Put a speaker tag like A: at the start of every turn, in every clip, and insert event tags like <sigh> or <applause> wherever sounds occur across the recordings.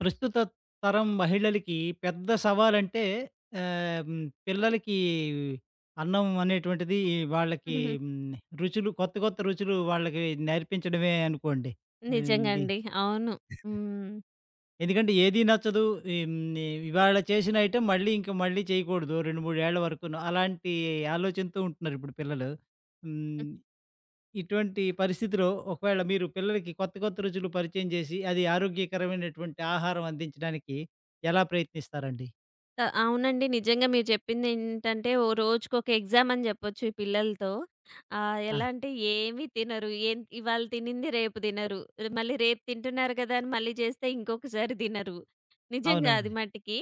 A: ప్రస్తుత తరం మహిళలకి పెద్ద సవాలంటే ఆహ్, హ్మ్. పిల్లలకి అన్నం అనేటువంటిది వాళ్ళకి.
B: హుహుహు.
A: హ్మ్. రుచులు కొత్త రుచులు వాళ్ళకి నేర్పించడమే అనుకోండి. హ్మ్.
B: నిజంగా
A: ది
B: అండి. అవును. హ్మ్.
A: ఎందుకంటే ఏది నచ్చదు. హ్మ్. ఇవాళ చేసిన ఐటెమ్ మళ్ళీ ఇంక మళ్ళీ చేయకూడదు 2, 3 ఏళ్ల వరకును. అలాంటి ఆలోచనతో ఉంటున్నారు ఇప్పుడు పిల్లలు. హ్మ్. ఇటువంటి పరిస్థితిలో ఒకవేళ మీరు పిల్లలకి కొత్త కొత్త రుచులు పరిచయం చేసి, అది ఆరోగ్యకరమైనటువంటి ఆహారం అందించడానికి ఎలా ప్రయత్నిస్తారండి?
B: ఆ! అవునండి. నిజంగా మీరు చెప్పిందేంటంటే, ఓ రోజుకొక ఎగ్జామ్ అని చెప్పొచ్చు ఈ పిల్లలతో.
A: ఆ!
B: ఎలా అంటే ఏమి తినరు. ఏం ఇవాళ తినింది రేపు తినరు. మళ్ళీ రేపు తింటున్నారు కదా! అని మళ్ళీ చేస్తే ఇంకొకసారి తినరు. నిజంగా అది
A: అవునవును.
B: మటికి.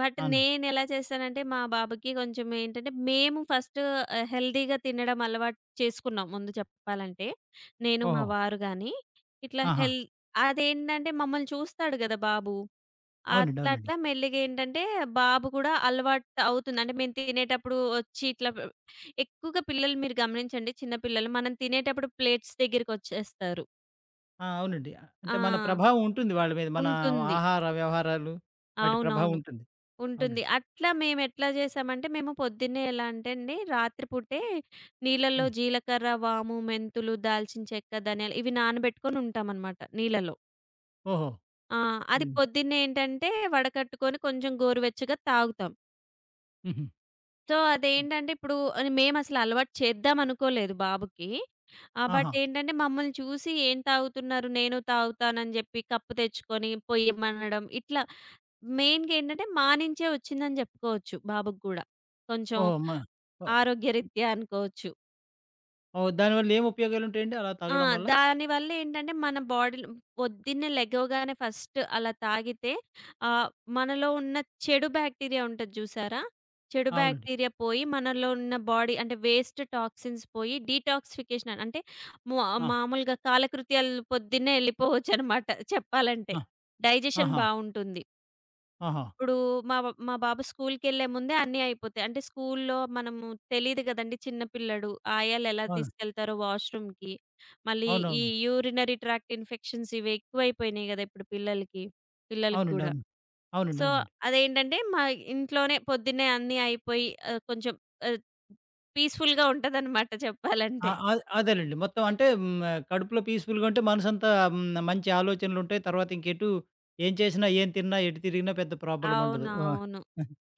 B: బట్
A: అవునండి.
B: నేనెలా చేస్తానంటే, మా బాబుకి కొంచెం ఏంటంటే, మేము ఫస్ట్ హెల్తీగా తినడం అలవాటు చేసుకున్నాం ముందు చెప్పాలంటే. నేను మా
A: ఓహో!
B: వారు గాని. ఇట్లా
A: ఆహా!
B: హెల్ అదేంటంటే మమ్మల్ని చూస్తాడు కదా బాబు.
A: అవునండి.
B: అట్లా
A: అవునండి.
B: అట్లా మెల్లిగా ఏంటంటే బాబు కూడా అలవాటు అవుతుంది. అంటే మేము తినేటప్పుడు వచ్చి ఇట్లా పె ఎక్కువగా పిల్లలు మీరు గమనించండి చిన్న పిల్లలు మనం తినేటప్పుడు ప్లేట్స్ దగ్గరికొచ్చేస్తారు.
A: ఆ! అవునండి. అంటే మన
B: ఆ!
A: ప్రభావం ఉంటుంది వాళ్ళ మీద. మన
B: ఉంటుంది.
A: ఆహార వ్యవహారాలు వాటి ప్రభావం
B: అవునవును.
A: ఉంటుంది.
B: ఉంటుంది.
A: అవునండి.
B: అట్లా మేము ఎట్లా చేసామంటే మేము పొద్దున్నే ఎలా అంటే అండి రాత్రి పూటే నీళ్ళల్లో
A: హ్మ్.
B: జీలకర్ర, వాము, మెంతులు, దాల్చిన చెక్క, ధనియాలు ఇవి నానబెట్టుకొని ఉంటామనమాట నీళ్ళలో.
A: ఓహో!
B: ఆ! అది
A: హ్మ్.
B: పొద్దున్నే ఏంటంటే వడకట్టుకొని కొంచెం గోరువెచ్చగా తాగుతాం.
A: హుహు.
B: సో,
A: హ్మ్.
B: అదేంటంటే ఇప్పుడు మేమసలు అలవాటు చేద్దాం అనుకోలేదు బాబుకి. బట్
A: ఆహా!
B: ఏంటంటే మమ్మల్ని చూసి ఏం తాగుతున్నారు? నేను తాగుతానని జెప్పి కప్పు తెచ్చుకొని పొయ్యమనడం. ఇట్లా మెయిన్‌గా ఏంటంటే మా నుంచే వచ్చిందని జెప్పుకోవచ్చు బాబుకి గూడా. కొంచెం
A: ఓహో! మ ఓహ్!
B: ఆరోగ్యరీత్యా అనుకోవచ్చు.
A: ఓహ్! దానివల్ల ఏం ఉపయోగాలుంటాయండి అలా
B: ఆ!
A: తాగడం వల్ల?
B: దానివల్ల ఏంటంటే మన బాడీలో పొద్దున్నే లెగవగానే ఫస్ట్ అలా తాగితే ఆహ్, మనలో ఉన్న చెడు బ్యాక్టీరియా ఉంటది చూసారా? చెడు
A: అవునండి.
B: బ్యాక్టీరియా పోయి మనలో ఉన్న బాడీ అంటే వేస్ట్ టాక్సిన్స్ పోయి డీటాక్సిఫికేషన్ అని అంటే మా
A: ఆ!
B: మామూలుగా కాలకృత్యాలు పొద్దున్నే వెళ్ళిపోవచ్చనమాట చెప్పాలంటే.
A: ఆ!
B: డైజెషన్
A: ఆహా!
B: బావుంటుంది.
A: ఆహా!
B: ఇప్పుడు మా బాబు స్కూల్‌కెళ్ళే ముందే అన్నీ అయిపోతాయి. అంటే స్కూల్‌లో మనము తెలీదు గదండీ చిన్న పిల్లడు. ఆయాలెలా
A: అవును.
B: తీసుకెళ్తారో వాష్‌రూమ్‌కి. మళ్ళీ ఈ
A: అవునవును.
B: యూరినరీ ట్రాక్ట్ ఇన్ఫెక్షన్స్ ఇవి ఎక్కువైపోయినాయి గదా! ఇప్పుడు పిల్లలకి. పిల్లలకి
A: అవునండి.
B: గూడా.
A: అవును. అవునండి.
B: సో,
A: అవునండి.
B: అదేంటంటే మా ఇంట్లోనే పొద్దున్నే అన్నీ అయిపోయి కొంచెం ఆహ్, పీస్‌ఫుల్‌గా ఉంటదనమాట
A: ఆ!
B: చెప్పాలంటే.
A: అదేనండి. మొత్తం అంటే కడుపులో పీస్‌ఫుల్‌గా ఉంటే మనసంతా మంచి ఆలోచనలుంటాయి. తర్వాత ఇంకెటు ఏం చేసినా, ఏం తిన్నా, ఎటు తిరిగినా పెద్ద ప్రాబ్లమ్ ఉండదు. ఆ!
B: అవునవును.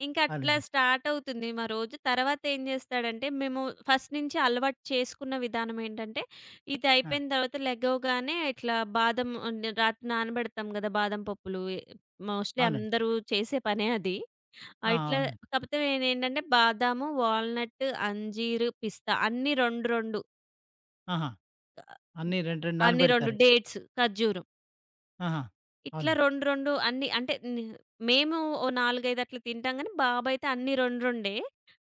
B: ఇంక అట్లా
A: అవునండి.
B: స్టార్ట్ అవుతుంది మా రోజు. తర్వాత ఏం జేస్తాడంటే, మేము ఫస్ట్ నుంచి అలవాటు చేసుకున్న విధానం ఏంటంటే, ఇది
A: ఆ!
B: అయిపోయిన తర్వాత లెగవగానే ఇట్లా బాదం అంటే రాత్రి నానబెడతాం గదా! బాదం పప్పులు. మోస్ట్‌లీ
A: అవునండి.
B: అందరూ చేసే పనే అది.
A: ఆ!
B: ఇట్లా
A: అవునండి.
B: కాకపోతే నేనేంటంటే బాదాము, వాల్నట్, అంజీరు, పిస్తా అన్నీ 2, 2
A: ఆహా! అన్నీ 2, 2
B: అన్ని 2
A: నానబెడతారు.
B: డేట్స్, ఖర్జూరం.
A: ఆహా!
B: ఇట్లా
A: అవునండి.
B: 2, 2 అన్నీ అంటే ని మేము ఓ 4, 5 అట్లా తింటాం గానీ, బాబైతే అన్నీ 2, 2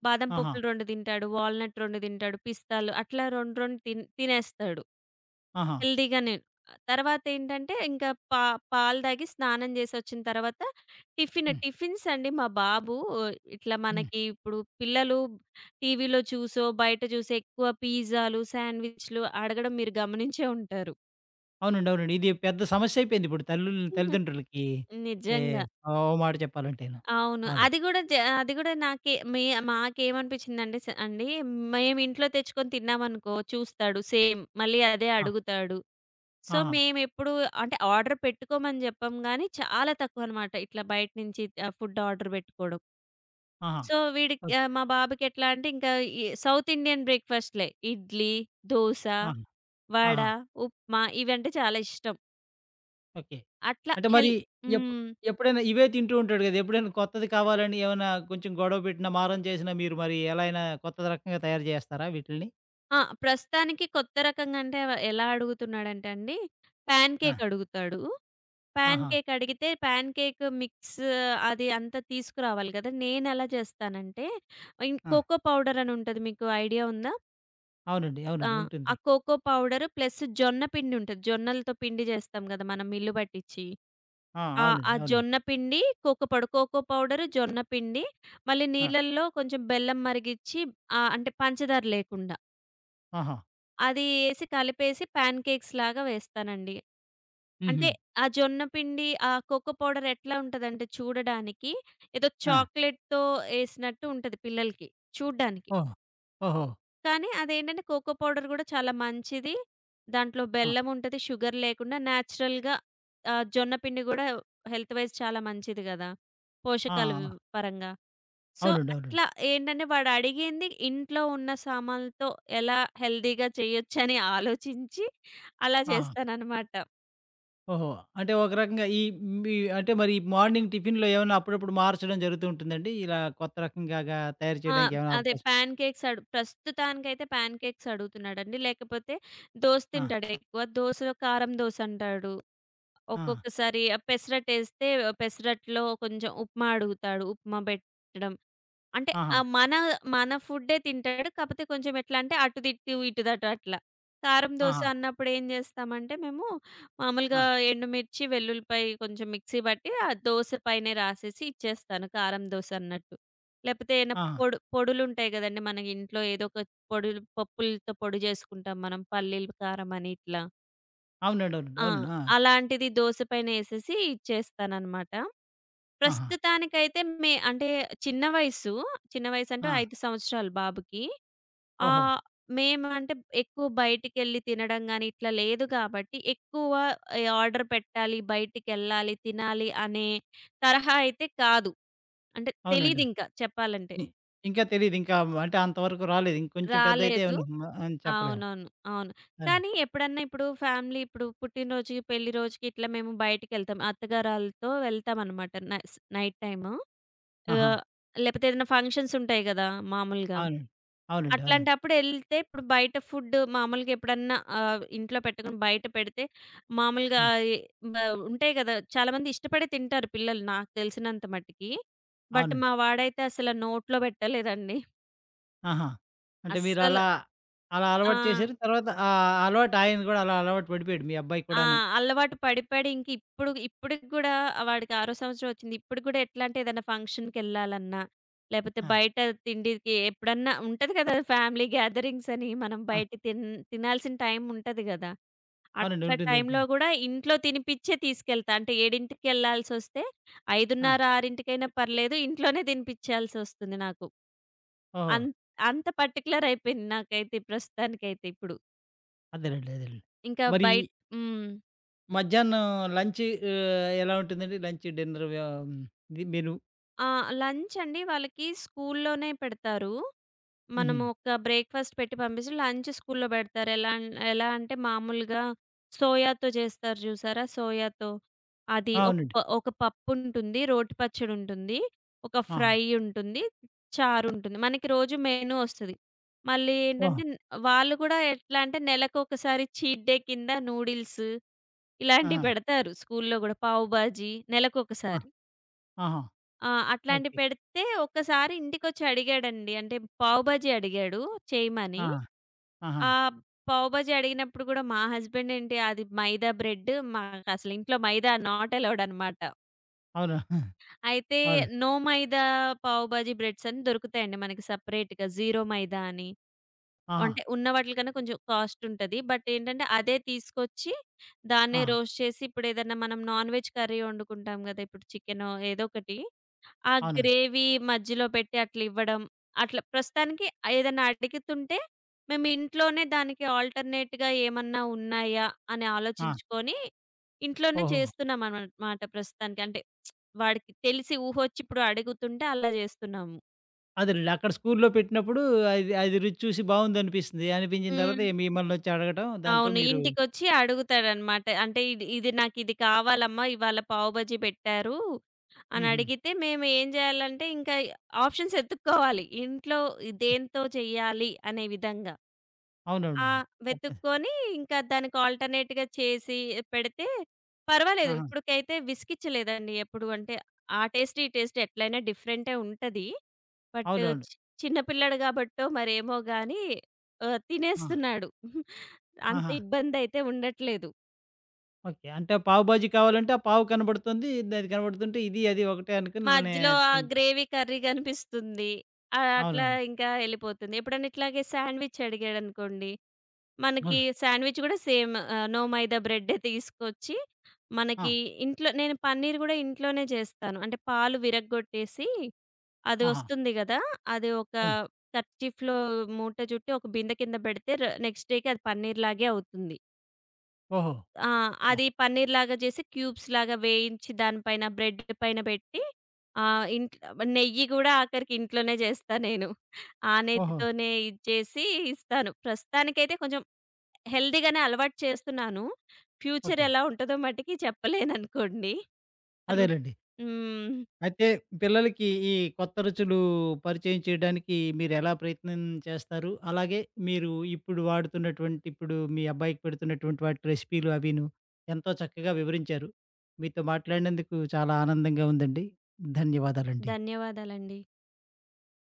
B: బాదం
A: ఆహా!
B: పప్పులు 2 తింటాడు, వాల్‌నట్ 2 తింటాడు, పిస్తాలు అట్లా 2, 2 తినేస్తాడు
A: ఆహా!
B: హెల్తీగానే. తర్వాతేంటంటే ఇంకా పాలు తాగి స్నానం చేసొచ్చిన తర్వాత టిఫిన్,
A: హ్మ్.
B: టిఫిన్స్ అండి మా బాబు ఇట్లా
A: హ్మ్.
B: మనకి ఇప్పుడు పిల్లలు టీవీలో చూసో, బయట చూసో ఎక్కువ పిజ్జాలు, శాండ్‌విచ్‌లు అడగడం మీరు గమనించే ఉంటారు.
A: అవునండి. అవునండి. ఇది పెద్ద సమస్యయిపోయింది ఇప్పుడు
B: <laughs>
A: తల్లిదండ్రులకి. ఏ
B: నిజంగా.
A: ఓ మాట చెప్పాలంటేను.
B: అవును.
A: అవునండి.
B: అది గూడా నాకే మే మాకేమనిపించిందంటే అండి, మేమింట్లో తెచ్చుకొని తిన్నామనుకో చూస్తాడు సేమ్. మళ్ళీ అదే
A: ఆ!
B: అడుగుతాడు. సో,
A: ఆహా!
B: మేమెప్పుడు అంటే ఆర్డర్ పెట్టుకోమని జెప్పం గానీ, చాలా తక్కువనమాట ఇట్లా బయట నుంచి ఫుడ్ ఆర్డర్ బెట్టుకోవడం.
A: ఆహా!
B: సో, వీడికి
A: ఓకే.
B: మా బాబుకెట్లా అంటే ఇంకా ఈ సౌత్ ఇండియన్ బ్రేక్‌ఫాస్ట్‌లే. ఇడ్లీ, దోస,
A: ఆహా!
B: వడ,
A: ఆహా!
B: ఉప్మా ఇవంటే చాలా ఇష్టం.
A: ఓకే.
B: అట్లా
A: అంటే మరి
B: హెల్
A: ఎప్
B: హ్మ్.
A: ఎప్పుడైనా ఇవే తింటూ ఉంటాడు గదా! ఎప్పుడైనా కొత్తది కావాలని ఏమైనా కొంచెం గొడవ పెట్టినా, మారం చేసినా మీరు మరి ఎలా అయినా కొత్త రకంగా తయారు జేస్తారా వీటిల్ని?
B: ఆ! ప్రస్తుతానికి కొత్త రకంగా అంటే ఎలా అడుగుతున్నాడంటే అండి, ప్యాన్
A: ఆ!
B: కేక్ అడుగుతాడు. ప్యాన్
A: ఆహా!
B: కేక్ అడిగితే ప్యాన్ కేక్ మిక్స్ అది అంతా తీసుకురావాలి కదా! నేనెలా చేస్తానంటే, ఇన్
A: ఆ!
B: కోకో పౌడర్ అని ఉంటది. మీకు ఐడియా ఉందా?
A: అవునండి.
B: ఆ!
A: అవునండి.
B: ఆ
A: ఉంటుంది.
B: కోకో పౌడర్ ప్లస్ జొన్న పిండి ఉంటది. జొన్నలతో పిండి చేస్తాం కదా! మనం మిల్లు పట్టిచ్చి.
A: ఆ!
B: ఆ! ఆ
A: అవునండి. అవునండి.
B: జొన్న పిండి, కోకో పౌడర్, కోకో పౌడర్, జొన్న పిండి, మళ్ళీ
A: ఆ!
B: నీళ్ళల్లో కొంచెం బెల్లం మరిగిచ్చి అంటే పంచదార లేకుండా.
A: ఆహా!
B: అది ఏసి కలిపేసి ప్యాన్ కేక్స్ లాగా వేస్తానండి.
A: హుహు.
B: అంటే ఆ జొన్న పిండి, ఆ కోకో పౌడర్ ఎట్లా ఉంటదంటే చూడడానికి ఏదో
A: ఆ!
B: చాక్లేట్‌తో ఏసినట్టు ఉంటది పిల్లలకి చూడ్డానికి.
A: ఓహ్! ఓహో!
B: కానీ అదేంటంటే కోకో పౌడర్ గూడా చాలా మంచిది. దాంట్లో
A: ఆ!
B: బెల్లం ఉంటది. షుగర్ లేకుండా నేచురల్‌గా జొన్న పిండి గూడా హెల్త్ వైస్ చాలా మంచిది గదా!
A: ఆ!
B: పోషకాలు పరంగా. సో,
A: అవునండి. అవునండి.
B: అట్లా ఏంటంటే వాడడిగింది ఇంట్లో ఉన్న సామాన్లతో ఎలా హెల్తీగా చేయొచ్చని ఆలోచించి అలా
A: ఆహా!
B: చేస్తాననమాట.
A: ఓహో! అంటే ఒక రకంగా ఈ మీ అంటే మరి మార్నింగ్ టిఫిన్‌లో ఏమైనా అప్పుడప్పుడు మార్చడం జరుగుతూ ఉంటుందండి? ఇలా కొత్త రకంగాగా తయారు
B: ఆ!
A: చేయడానికి ఏమైనా
B: అదే
A: అవకాశం.
B: పాన్ కేక్స్ అడు ప్రస్తుతానికైతే పాన్ కేక్స్ అడుగుతున్నాడండి. లేకపోతే దోస
A: ఆ!
B: తింటాడు ఎక్కువ. దోసలో కారం దోసంటాడు.
A: ఆ!
B: ఒక్కొక్కసారి పెసరట్టేస్తే పెసరట్లో కొంచెం ఉప్మా అడుగుతాడు. ఉప్మా పెట్టడం. అంటే
A: ఆహా!
B: మన మన ఫుడ్డే తింటాడు. కాపోతే కొంచెం ఎట్లా అంటే అటు తిట్టు, ఇటు దటు అట్లా. కారం దోస
A: ఆహా!
B: అన్నప్పుడు ఏం చేస్తామంటే మేము
A: ఆ!
B: మామూలుగా ఎండుమిర్చి, వెల్లుల్లిపాయ కొంచెం మిక్సీ బట్టి ఆ దోస పైనే రాసేసి ఇచ్చేస్తాను కారం దోస అన్నట్టు. లేపోతే ఏమైనా
A: ఆ!
B: పొడులుంటాయి గదండీ! మన ఇంట్లో ఏదో ఒక పొడులు పప్పులతో పొడి జేసుకుంటాం మనం. పల్లీలు కారం అని ఇట్లా.
A: అవునండి. అవునండి.
B: ఆ!
A: అవునండి. ఆ!
B: అలాంటిది దోస పైన ఏసేసి ఇచ్చేస్తాననమాట.
A: ఆహా!
B: ప్రస్తుతానికైతే అంటే చిన్న వయసు. చిన్న వయసంటే
A: ఆ!
B: 5 సంవత్సరాలు బాబుకి.
A: ఓహో!
B: ఆహ్, మేమంటే ఎక్కువ బయటికెళ్ళి తినడం గాని ఇట్లా లేదు గాబట్టి, ఎక్కువ ఈ ఆర్డర్ పెట్టాలి, బయటికెళ్ళాలి, తినాలి అనే తరహా అయితే కాదు. అంటే
A: అవునండి. అవును.
B: తెలీదింకా చెప్పాలంటే.
A: ఇ ఇంకా తెలీదు. ఇంకా అంటే అంతవరకు రాలేదు. ఇంకొంచెం పెద్దయితే
B: రాలేదు.
A: ఏమన్నా హ్మ్. అని చెప్పలేము.
B: అవునవును. అవును.
A: అవునండి.
B: కానీ ఎప్పుడన్నా ఇప్పుడు ఫ్యామిలీ ఇప్పుడు పుట్టినరోజుకి, పెళ్లి రోజుకి ఇట్లా మేము బయటికెళ్తాం. అత్తగారాళ్ళతో వెళ్తామనమాట. Night time.
A: ఆహా!
B: ఆహ్, లేపోతే ఏదైనా ఫంక్షన్స్ ఉంటాయి గదా! మామూలుగా.
A: అవునండి. అవునండి. అవునండి.
B: అట్లాంటప్పుడు ఎళ్తే ఇప్పుడు బయట ఫుడ్ మామూలుగా ఎప్పుడన్నా ఇంట్లో పెట్టకుండా బయట పెడితే మామూలుగా
A: ఆ!
B: ఎ బ ఉంటాయి గదా! చాలామంది ఇష్టపడి తింటారు పిల్లలు నాకు తెలిసినంత మటికి. బట్
A: అవునండి.
B: మా వాడైతే అసల నోట్లో పెట్టలేదండి.
A: ఆహా! అంటే
B: అస్సలు.
A: మీరలా అలా అలా
B: ఆ!
A: అలవాటు చేశారు. తర్వాత ఆ అలవాటు ఆయన గూడా అలా అలవాటు పడిపోయాడు. మీ అబ్బాయికి
B: ఆ!
A: కూడాను.
B: అలవాటు పడి, పడి ఇంక ఇప్పుడు ఇప్పటికి గూడా వాడికి ఆరో సంవత్సరం వచ్చింది. ఇప్పుడు గూడా ఎట్లా అంటే ఏదైనా ఫంక్షన్‌కెళ్ళాలన్నా, లేపోతే
A: ఆ!
B: బయట తిండికి ఎప్పుడన్నా ఉంటది కదా! ఫ్యామిలీ గ్యాదరింగ్స్ అని మనం
A: ఆ!
B: బయట తిన్ తినాల్సిన టైం ఉంటది గదా!
A: అవునండి.
B: అట్లా
A: ఉంటుంది.
B: టైంలో
A: ఉంటుంది.
B: గూడా ఇంట్లో తినిపిచ్చే తీసుకెళ్తా. అంటే 7కెళ్ళాల్సొస్తే
A: ఆ!
B: 5:30, 6కైనా పర్లేదు ఇంట్లోనే తినిపిచ్చేయాల్సొస్తుంది నాకు.
A: ఓహో!
B: అన్ అంత పర్టిక్యులర్ అయిపోయింది నాకైతే ప్రస్తుతానికైతే ఇప్పుడు.
A: అదేలెండి. అదేలెండి.
B: ఇంకా
A: మరి
B: బయట హ్మ్.
A: మధ్యాహ్నం లంచ్ ఎలా ఉంటుందండి? Lunch, dinner. ఆహ్, హ్మ్. The menu.
B: ఆ! లంచ్ అండి వాళ్ళకి స్కూల్లోనే పెడతారు.
A: హుహు.
B: మనము ఒక బ్రేక్‌ఫాస్ట్ పెట్టి పంపిచి లంచ్ స్కూల్‌లో పెడతారు. ఎలా అంటే మామూలుగా సోయాతో చేస్తారు చూసారా? సోయాతో. అది ఒక
A: అవునండి.
B: ప ఒక పప్పుంటుంది, రోటి పచ్చడుంటుంది, ఒక
A: ఆహా!
B: ఫ్రై ఉంటుంది, చారుంటుంది. మనకి రోజు మెనూ ఒస్తది. మళ్ళీ
A: ఓహ్!
B: ఏంటంటే న్ వాళ్ళు కూడా ఎట్లా అంటే నెలకొకసారి చీట్ డే కింద నూడిల్స్ ఇలాంటివి
A: ఆహా!
B: పెడతారు స్కూల్‌లో గూడా. పావు బాజీ
A: ఆ!
B: నెలకొకసారి.
A: ఆహా!
B: ఆ! అట్లాంటివి
A: ఓకే.
B: పెడితే ఒక్కసారి ఇంటికొచ్చి అడిగాడండి. అంటే పావు బాజీ అడిగాడు చేయమని.
A: ఆహా! ఆహా!
B: ఆ పావు బాజీ అడిగినప్పుడు కూడా మా హస్బెండ్ ఏంటి అది మైదా బ్రెడ్ మాకసలు ఇంట్లో మైదా నాట్ అలౌడ్ అనమాట.
A: అవును.
B: అయితే
A: అవును.
B: నో మైదా పావు బాజీ బ్రెడ్స్ అని దొరుకుతాయండి మనకి సెపరేట్‌గా. జీరో మైదా అని.
A: ఆహా!
B: అంటే ఉన్న వాటిలకన్నా కొంచెం కాస్ట్ ఉంటది. బట్ ఏంటంటే అదే తీసుకొచ్చి దాన్నే
A: ఆహా!
B: రోస్ట్ చేసి ఇప్పుడు ఏదన్నా మనం నాన్ వెజ్ కర్రీ వండుకుంటాం గదా! ఇప్పుడు చికెనో ఏదో ఒకటి. ఆ
A: అవునండి.
B: గ్రేవీ మధ్యలో పెట్టి అట్లా ఇవ్వడం. అట్లా ప్రస్తుతానికి ఏదైనా అడుగుతుంటే మేము ఇంట్లోనే దానికి ఆల్టర్‌నేట్‌గా ఏమన్నా ఉన్నాయా అని
A: ఆ!
B: ఆలోచించుకొని ఇంట్లోనే
A: ఓహో!
B: చేస్తున్నాం అనమాట ప్రస్తుతానికి. అంటే వాడికి తెలిసి ఊహొచ్చి ఇప్పుడు అడుగుతుంటే అలా చేస్తున్నాము.
A: అదేనండి. అక్కడ స్కూల్‌లో పెట్టినప్పుడు అది అది రుచి చూసి బావుందనిపిస్తుంది. అనిపించిన తర్వాత
B: హ్మ్.
A: మిమ్మల్నొచ్చి అడగటం దాంతో
B: అవును.
A: మీరు.
B: ఇంటికొచ్చి అడుగుతాడనమాట. అంటే ఇది నాకిది కావాలమ్మా ఇవాళ పావు బజ్జీ పెట్టారు అని
A: హుహు.
B: అడిగితే మేము ఏం చేయాలంటే ఇంకా ఆప్షన్స్ ఎతుక్కోవాలి. ఇంట్లో దేనితో చేయాలి అనే విధంగా. ఆ!
A: అవునవునండి. తప్పదు.
B: వెతుక్కొని ఇంకా దానికి ఆల్టర్‌నేట్‌గా చేసి పెడితే పర్వాలేదు.
A: ఆహా!
B: ఇప్పటికైతే విసిగిచ్చలేదండి ఎప్పుడు. అంటే ఆ టేస్ట్, ఈ టేస్ట్ ఎట్లైనా డిఫరెంటే ఉంటది. బట్
A: అవునవును.
B: చి చిన్న పిల్లాడు కాబట్టో మరేమో గాని
A: ఆ!
B: తినేస్తున్నాడు. అంత
A: ఆహా!
B: ఇబ్బందయితే ఉండట్లేదు.
A: ఓకే. అంటే పావు బాజీ కావాలంటే ఆ పావు కనబడుతుంది. అది కనబడుతుంటే ఇది అది ఒకటే అనుకోని నే
B: మధ్యలో ఆ
A: తిన్.
B: గ్రేవీ కర్రీ కనిపిస్తుంది. అట్లా
A: అవునవును.
B: ఇంకా ఎళ్ళిపోతుంది. ఎప్పుడైనా ఇట్లాగే శాండ్‌విచ్ అడిగాడనుకోండి, మనకి
A: అవును.
B: శాండ్‌విచ్ గూడా సేమ్ నో మైదా బ్రెడ్డే తీసుకొచ్చి, మనకి
A: ఆ!
B: ఇంట్లో నేను పన్నీర్ గూడా ఇంట్లోనే చేస్తాను. అంటే పాలు విరగ్గొట్టేసి, అది
A: ఆహా!
B: ఒస్తుంది గదా! అది ఒక
A: అవును.
B: కర్చీఫ్‌లో మూట చుట్టి, ఒక బిందె కింద బెడితే నెక్స్ట్ డేకి అది పన్నీర్‌లాగే అవుతుంది.
A: ఓహో!
B: ఆ!
A: ఆ!
B: అది పన్నీర్‌లాగా చేసి క్యూబ్స్‌లాగా వేయించి దానిపైన బ్రెడ్ పైన పెట్టి ఇంట్ల నెయ్యి గూడా ఆఖరికి ఇంట్లోనే చేస్తా నేను. ఆ
A: ఓహో!
B: నెయ్యితోనే ఇది చేసి ఇస్తాను. ప్రస్తుతానికైతే కొంచెం హెల్తీగానే అలవాటు చేస్తున్నాను. Future
A: okay.
B: ఎలా ఉంటదో మటికి చెప్పలేననుకోండి. రుచ్
A: అదేలెండి.
B: హ్మ్.
A: అయితే పిల్లలకి ఈ కొత్త రుచులు పరిచయం చేయడానికి మీరెలా ప్రయత్నం చేస్తారు? అలాగే మీరు ఇప్పుడు వాడుతున్నటువంటి ఇప్పుడు మీ అబ్బాయికి పెడుతున్నటువంటి వాటి రెసిపీలు అవీను ఎంతో చక్కగా వివరించారు. మీతో మాట్లాడినందుకు చాలా ఆనందంగా ఉందండి. ధన్యవాదాలండి.
B: ధన్యవాదాలండి.